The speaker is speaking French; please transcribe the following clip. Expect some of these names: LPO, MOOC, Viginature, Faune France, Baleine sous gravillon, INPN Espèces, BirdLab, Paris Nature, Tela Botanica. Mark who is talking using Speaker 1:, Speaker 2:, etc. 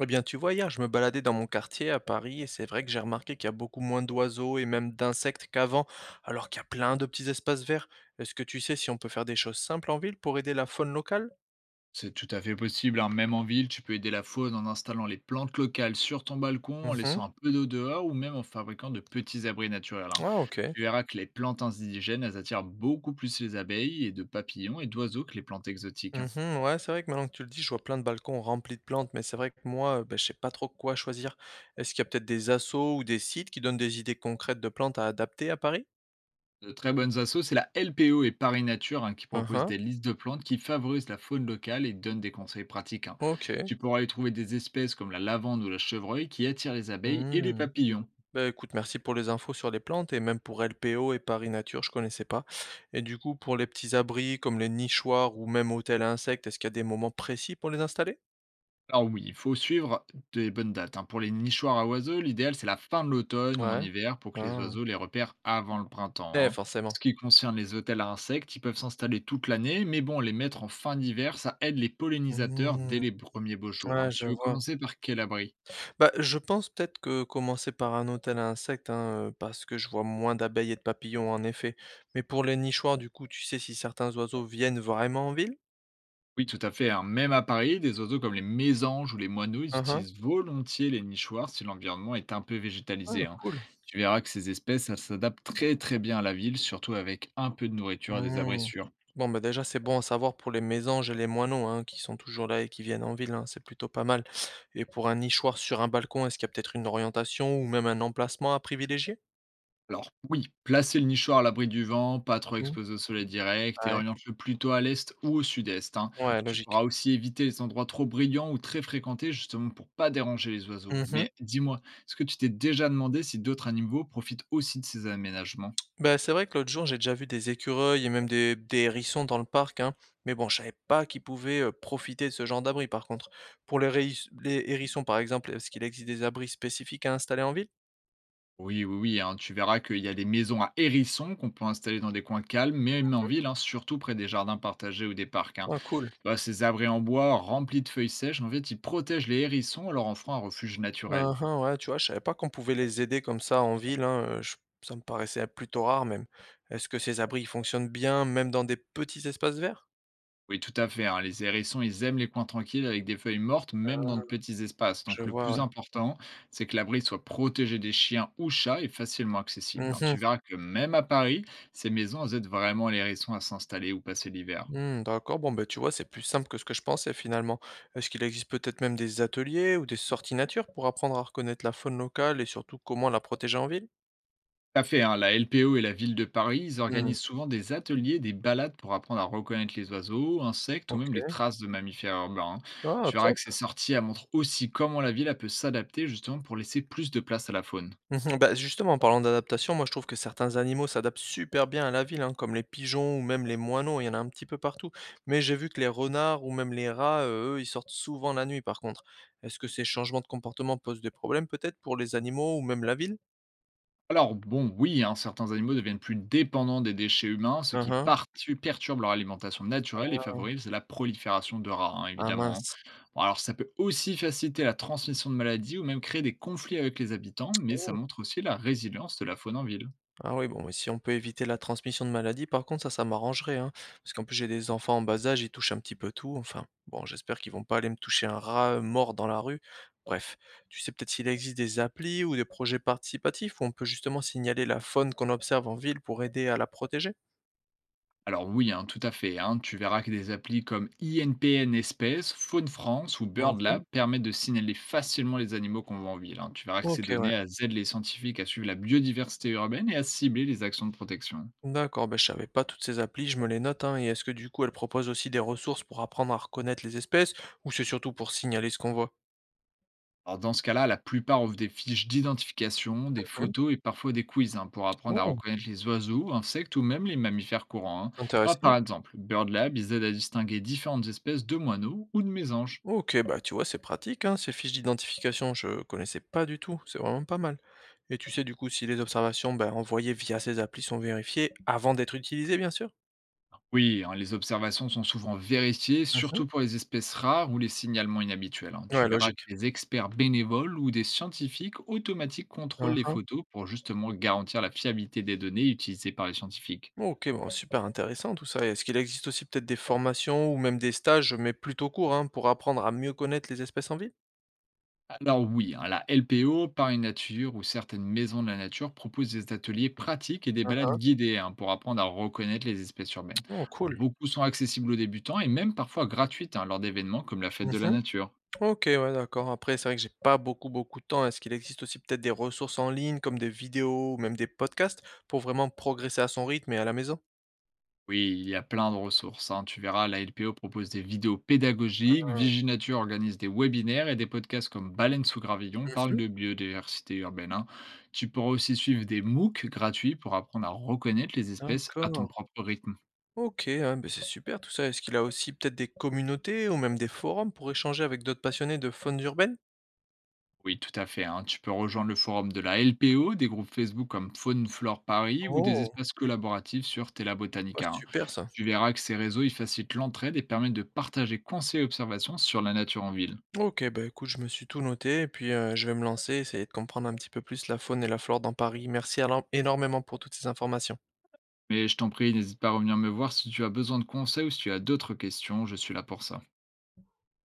Speaker 1: Eh bien, tu vois, hier, je me baladais dans mon quartier à Paris et c'est vrai que j'ai remarqué qu'il y a beaucoup moins d'oiseaux et même d'insectes qu'avant, alors qu'il y a plein de petits espaces verts. Est-ce que tu sais si on peut faire des choses simples en ville pour aider la faune locale?
Speaker 2: C'est tout à fait possible, hein. Même en ville, tu peux aider la faune en installant les plantes locales sur ton balcon, en
Speaker 1: Mhm.
Speaker 2: laissant un peu d'eau dehors ou même en fabriquant de petits abris naturels. Hein.
Speaker 1: Ah, ok.
Speaker 2: Tu verras que les plantes indigènes, elles attirent beaucoup plus les abeilles et de papillons et d'oiseaux que les plantes exotiques. Hein.
Speaker 1: Mhm, ouais, c'est vrai que maintenant que tu le dis, je vois plein de balcons remplis de plantes, mais c'est vrai que moi, je sais pas trop quoi choisir. Est-ce qu'il y a peut-être des assos ou des sites qui donnent des idées concrètes de plantes à adapter à Paris?
Speaker 2: De très bonnes assos, c'est la LPO et Paris Nature, hein, qui proposent
Speaker 1: Mhm.
Speaker 2: des listes de plantes qui favorisent la faune locale et donnent des conseils pratiques. Hein.
Speaker 1: Ok.
Speaker 2: Tu pourras y trouver des espèces comme la lavande ou la chevreuil qui attirent les abeilles et les
Speaker 1: Mmh.
Speaker 2: papillons.
Speaker 1: Bah, écoute, merci pour les infos sur les plantes et même pour LPO et Paris Nature, je connaissais pas. Et du coup, pour les petits abris comme les nichoirs ou même hôtels à insectes, est-ce qu'il y a des moments précis pour les installer?
Speaker 2: Alors oui, il faut suivre des bonnes dates. Hein. Pour les nichoirs à oiseaux, l'idéal c'est la fin de l'automne ou en
Speaker 1: Ouais.
Speaker 2: hiver pour que les
Speaker 1: Ah.
Speaker 2: oiseaux les repèrent avant le printemps.
Speaker 1: Eh,
Speaker 2: Hein. Ce
Speaker 1: forcément.
Speaker 2: qui concerne les hôtels à insectes, ils peuvent s'installer toute l'année, mais bon, les mettre en fin d'hiver, ça aide les pollinisateurs dès
Speaker 1: Mmh.
Speaker 2: les premiers beaux jours,
Speaker 1: Ouais,
Speaker 2: hein.
Speaker 1: je
Speaker 2: Tu veux
Speaker 1: vois.
Speaker 2: commencer par quel abri?
Speaker 1: Bah, je pense peut-être que commencer par un hôtel à insectes, hein, parce que je vois moins d'abeilles et de papillons, en effet. Mais pour les nichoirs, du coup, tu sais si certains oiseaux viennent vraiment en ville?
Speaker 2: Oui, tout à fait, hein. Même à Paris, des oiseaux comme les mésanges ou les moineaux, ils
Speaker 1: Uhum.
Speaker 2: utilisent volontiers les nichoirs si l'environnement est un peu
Speaker 1: Ah,
Speaker 2: végétalisé. Hein.
Speaker 1: cool.
Speaker 2: Tu verras que ces espèces, elles s'adaptent très très bien à la ville, surtout avec un peu de nourriture et des abris
Speaker 1: Mmh.
Speaker 2: sûrs.
Speaker 1: Bon, bah, déjà, c'est bon à savoir pour les mésanges et les moineaux, hein, qui sont toujours là et qui viennent en ville, hein, c'est plutôt pas mal. Et pour un nichoir sur un balcon, est-ce qu'il y a peut-être une orientation ou même un emplacement à privilégier?
Speaker 2: Alors oui, placez le nichoir à l'abri du vent, pas trop
Speaker 1: Mmh.
Speaker 2: exposé au soleil direct, et
Speaker 1: Ouais,
Speaker 2: oriente-le plutôt à l'est ou au sud-est. Hein.
Speaker 1: ouais,
Speaker 2: Tu pourras
Speaker 1: logique.
Speaker 2: aussi éviter les endroits trop brillants ou très fréquentés justement pour pas déranger les oiseaux.
Speaker 1: Mmh mh.
Speaker 2: Mais dis-moi, est-ce que tu t'es déjà demandé si d'autres animaux profitent aussi de ces aménagements?
Speaker 1: Bah, c'est vrai que l'autre jour, j'ai déjà vu des écureuils et même des hérissons dans le parc, hein, mais bon, je savais pas qu'ils pouvaient, profiter de ce genre d'abri, par contre. Pour les réhiss les hérissons, par exemple, est-ce qu'il existe des abris spécifiques à installer en ville?
Speaker 2: Oui, oui, oui, hein, tu verras qu'il y a des maisons à hérissons qu'on peut installer dans des coins calmes, mais même en ville, hein, surtout près des jardins partagés ou des parcs. Hein.
Speaker 1: Ah, cool.
Speaker 2: Bah, ces abris en bois remplis de feuilles sèches, en fait, ils protègent les hérissons en leur en feront un refuge naturel.
Speaker 1: Hein, hein, ouais, tu vois, je savais pas qu'on pouvait les aider comme ça en ville, ça me paraissait plutôt rare même. Est-ce que ces abris ils fonctionnent bien même dans des petits espaces verts?
Speaker 2: Oui, tout à fait, hein. Les hérissons, ils aiment les coins tranquilles avec des feuilles mortes, même
Speaker 1: Ah.
Speaker 2: dans de petits espaces.
Speaker 1: Je
Speaker 2: Donc, le
Speaker 1: vois,
Speaker 2: plus
Speaker 1: ouais.
Speaker 2: important, c'est que l'abri soit protégé des chiens ou chats et facilement accessible. Hein.
Speaker 1: Mhm.
Speaker 2: Tu verras que même à Paris, ces maisons elles aident vraiment les hérissons à s'installer ou passer l'hiver.
Speaker 1: Hmm, d'accord, bon, bah, tu vois, c'est plus simple que ce que je pensais finalement. Est-ce qu'il existe peut-être même des ateliers ou des sorties nature pour apprendre à reconnaître la faune locale et surtout comment la protéger en ville?
Speaker 2: Tout à fait, hein. La LPO et la ville de Paris, ils
Speaker 1: Hmm,
Speaker 2: organisent souvent des ateliers, des balades pour apprendre à reconnaître les oiseaux, insectes ou même les
Speaker 1: ok.
Speaker 2: traces de mammifères urbains. Hein.
Speaker 1: Ah,
Speaker 2: Tu verras que
Speaker 1: top.
Speaker 2: ces sorties elles montrent aussi comment la ville elle peut s'adapter justement pour laisser plus de place à la faune.
Speaker 1: Mmh, bah, justement, en parlant d'adaptation, moi, je trouve que certains animaux s'adaptent super bien à la ville, hein, comme les pigeons ou même les moineaux, il y en a un petit peu partout. Mais j'ai vu que les renards ou même les rats, eux, ils sortent souvent la nuit, par contre. Est-ce que ces changements de comportement posent des problèmes peut-être pour les animaux ou même la ville?
Speaker 2: Alors bon, oui, hein, certains animaux deviennent plus dépendants des déchets humains, ce
Speaker 1: Hein
Speaker 2: qui
Speaker 1: hein.
Speaker 2: perturbe leur alimentation naturelle et favorise la prolifération de rats, hein,
Speaker 1: Ah
Speaker 2: évidemment.
Speaker 1: mince.
Speaker 2: Hein. Bon, alors ça peut aussi faciliter la transmission de maladies ou même créer des conflits avec les habitants, mais ça
Speaker 1: Oh!
Speaker 2: montre aussi la résilience de la faune en ville.
Speaker 1: Ah oui, bon, mais si on peut éviter la transmission de maladies, par contre, ça m'arrangerait, hein. Parce qu'en plus, j'ai des enfants en bas âge, ils touchent un petit peu tout. Enfin, bon, j'espère qu'ils vont pas aller me toucher un rat mort dans la rue. Bref, tu sais peut-être s'il existe des applis ou des projets participatifs où on peut justement signaler la faune qu'on observe en ville pour aider à la protéger?
Speaker 2: Alors oui, hein, tout à fait, hein, tu verras que des applis comme INPN Espèces, Faune France ou
Speaker 1: Mhm.
Speaker 2: BirdLab permettent de signaler facilement les animaux qu'on voit en ville. Hein. Tu verras que ces
Speaker 1: Ok,
Speaker 2: données
Speaker 1: ouais.
Speaker 2: elles aident les scientifiques à suivre la biodiversité urbaine et à cibler les actions de protection.
Speaker 1: D'accord, ben, je savais pas toutes ces applis, je me les note, hein. Et est-ce que du coup, elles proposent aussi des ressources pour apprendre à reconnaître les espèces ou c'est surtout pour signaler ce qu'on voit?
Speaker 2: Alors dans ce cas-là, la plupart offrent des fiches d'identification, des
Speaker 1: Mhm.
Speaker 2: photos et parfois des quiz, hein, pour apprendre à
Speaker 1: Oh,
Speaker 2: reconnaître les oiseaux, insectes ou même les mammifères courants. Hein. Ah, par
Speaker 1: intéressant.
Speaker 2: exemple, Bird Lab, ils aident à distinguer différentes espèces de moineaux ou de mésanges.
Speaker 1: Ok, bah, tu vois, c'est pratique, hein, ces fiches d'identification, je connaissais pas du tout, c'est vraiment pas mal. Et tu sais du coup si les observations, ben, envoyées via ces applis sont vérifiées avant d'être utilisées, bien sûr?
Speaker 2: Oui, hein, les observations sont souvent vérifiées,
Speaker 1: Mhm.
Speaker 2: surtout pour les espèces rares ou les signalements inhabituels. Hein. Tu
Speaker 1: Ouais,
Speaker 2: verras que
Speaker 1: logique.
Speaker 2: des experts bénévoles ou des scientifiques automatiques contrôlent les
Speaker 1: Uhum.
Speaker 2: photos pour justement garantir la fiabilité des données utilisées par les scientifiques.
Speaker 1: Ok, bon, super intéressant tout ça. Et est-ce qu'il existe aussi peut-être des formations ou même des stages, mais plutôt courts, hein, pour apprendre à mieux connaître les espèces en ville?
Speaker 2: Alors oui, hein, la LPO, Paris Nature ou certaines maisons de la nature proposent des ateliers pratiques et des
Speaker 1: Uhum.
Speaker 2: balades guidées, hein, pour apprendre à reconnaître les espèces urbaines.
Speaker 1: Oh,
Speaker 2: Alors,
Speaker 1: cool.
Speaker 2: beaucoup sont accessibles aux débutants et même parfois gratuites, hein, lors d'événements comme la fête de la nature.
Speaker 1: OK, ouais, d'accord. Après, c'est vrai que j'ai pas beaucoup de temps. Est-ce qu'il existe aussi peut-être des ressources en ligne comme des vidéos ou même des podcasts pour vraiment progresser à son rythme et à la maison?
Speaker 2: Oui, il y a plein de ressources, hein. Tu verras, la LPO propose des vidéos pédagogiques,
Speaker 1: Ah,
Speaker 2: Viginature organise des webinaires et des podcasts comme Baleine sous gravillon parlent
Speaker 1: mmh.
Speaker 2: de biodiversité urbaine. Hein. Tu pourras aussi suivre des MOOC gratuits pour apprendre à reconnaître les espèces à ton
Speaker 1: D'accord.
Speaker 2: propre rythme.
Speaker 1: OK, ah, beh, c'est super tout ça. Est-ce qu'il a aussi peut-être des communautés ou même des forums pour échanger avec d'autres passionnés de faune urbaine?
Speaker 2: Oui, tout à fait, hein. Tu peux rejoindre le forum de la LPO, des groupes Facebook comme Faune Flore Paris ou des
Speaker 1: Oh,
Speaker 2: espaces collaboratifs sur Tela
Speaker 1: bah,
Speaker 2: Botanica. Hein.
Speaker 1: super ça.
Speaker 2: Tu verras que ces réseaux ils facilitent l'entraide et permettent de partager conseils et observations sur la nature en ville.
Speaker 1: OK, bah, écoute, je me suis tout noté et puis, je vais me lancer, essayer de comprendre un petit peu plus la faune et la flore dans Paris. Merci alors énormément pour toutes ces informations.
Speaker 2: Mais je t'en prie, n'hésite pas à revenir me voir si tu as besoin de conseils ou si tu as d'autres questions, je suis là pour ça.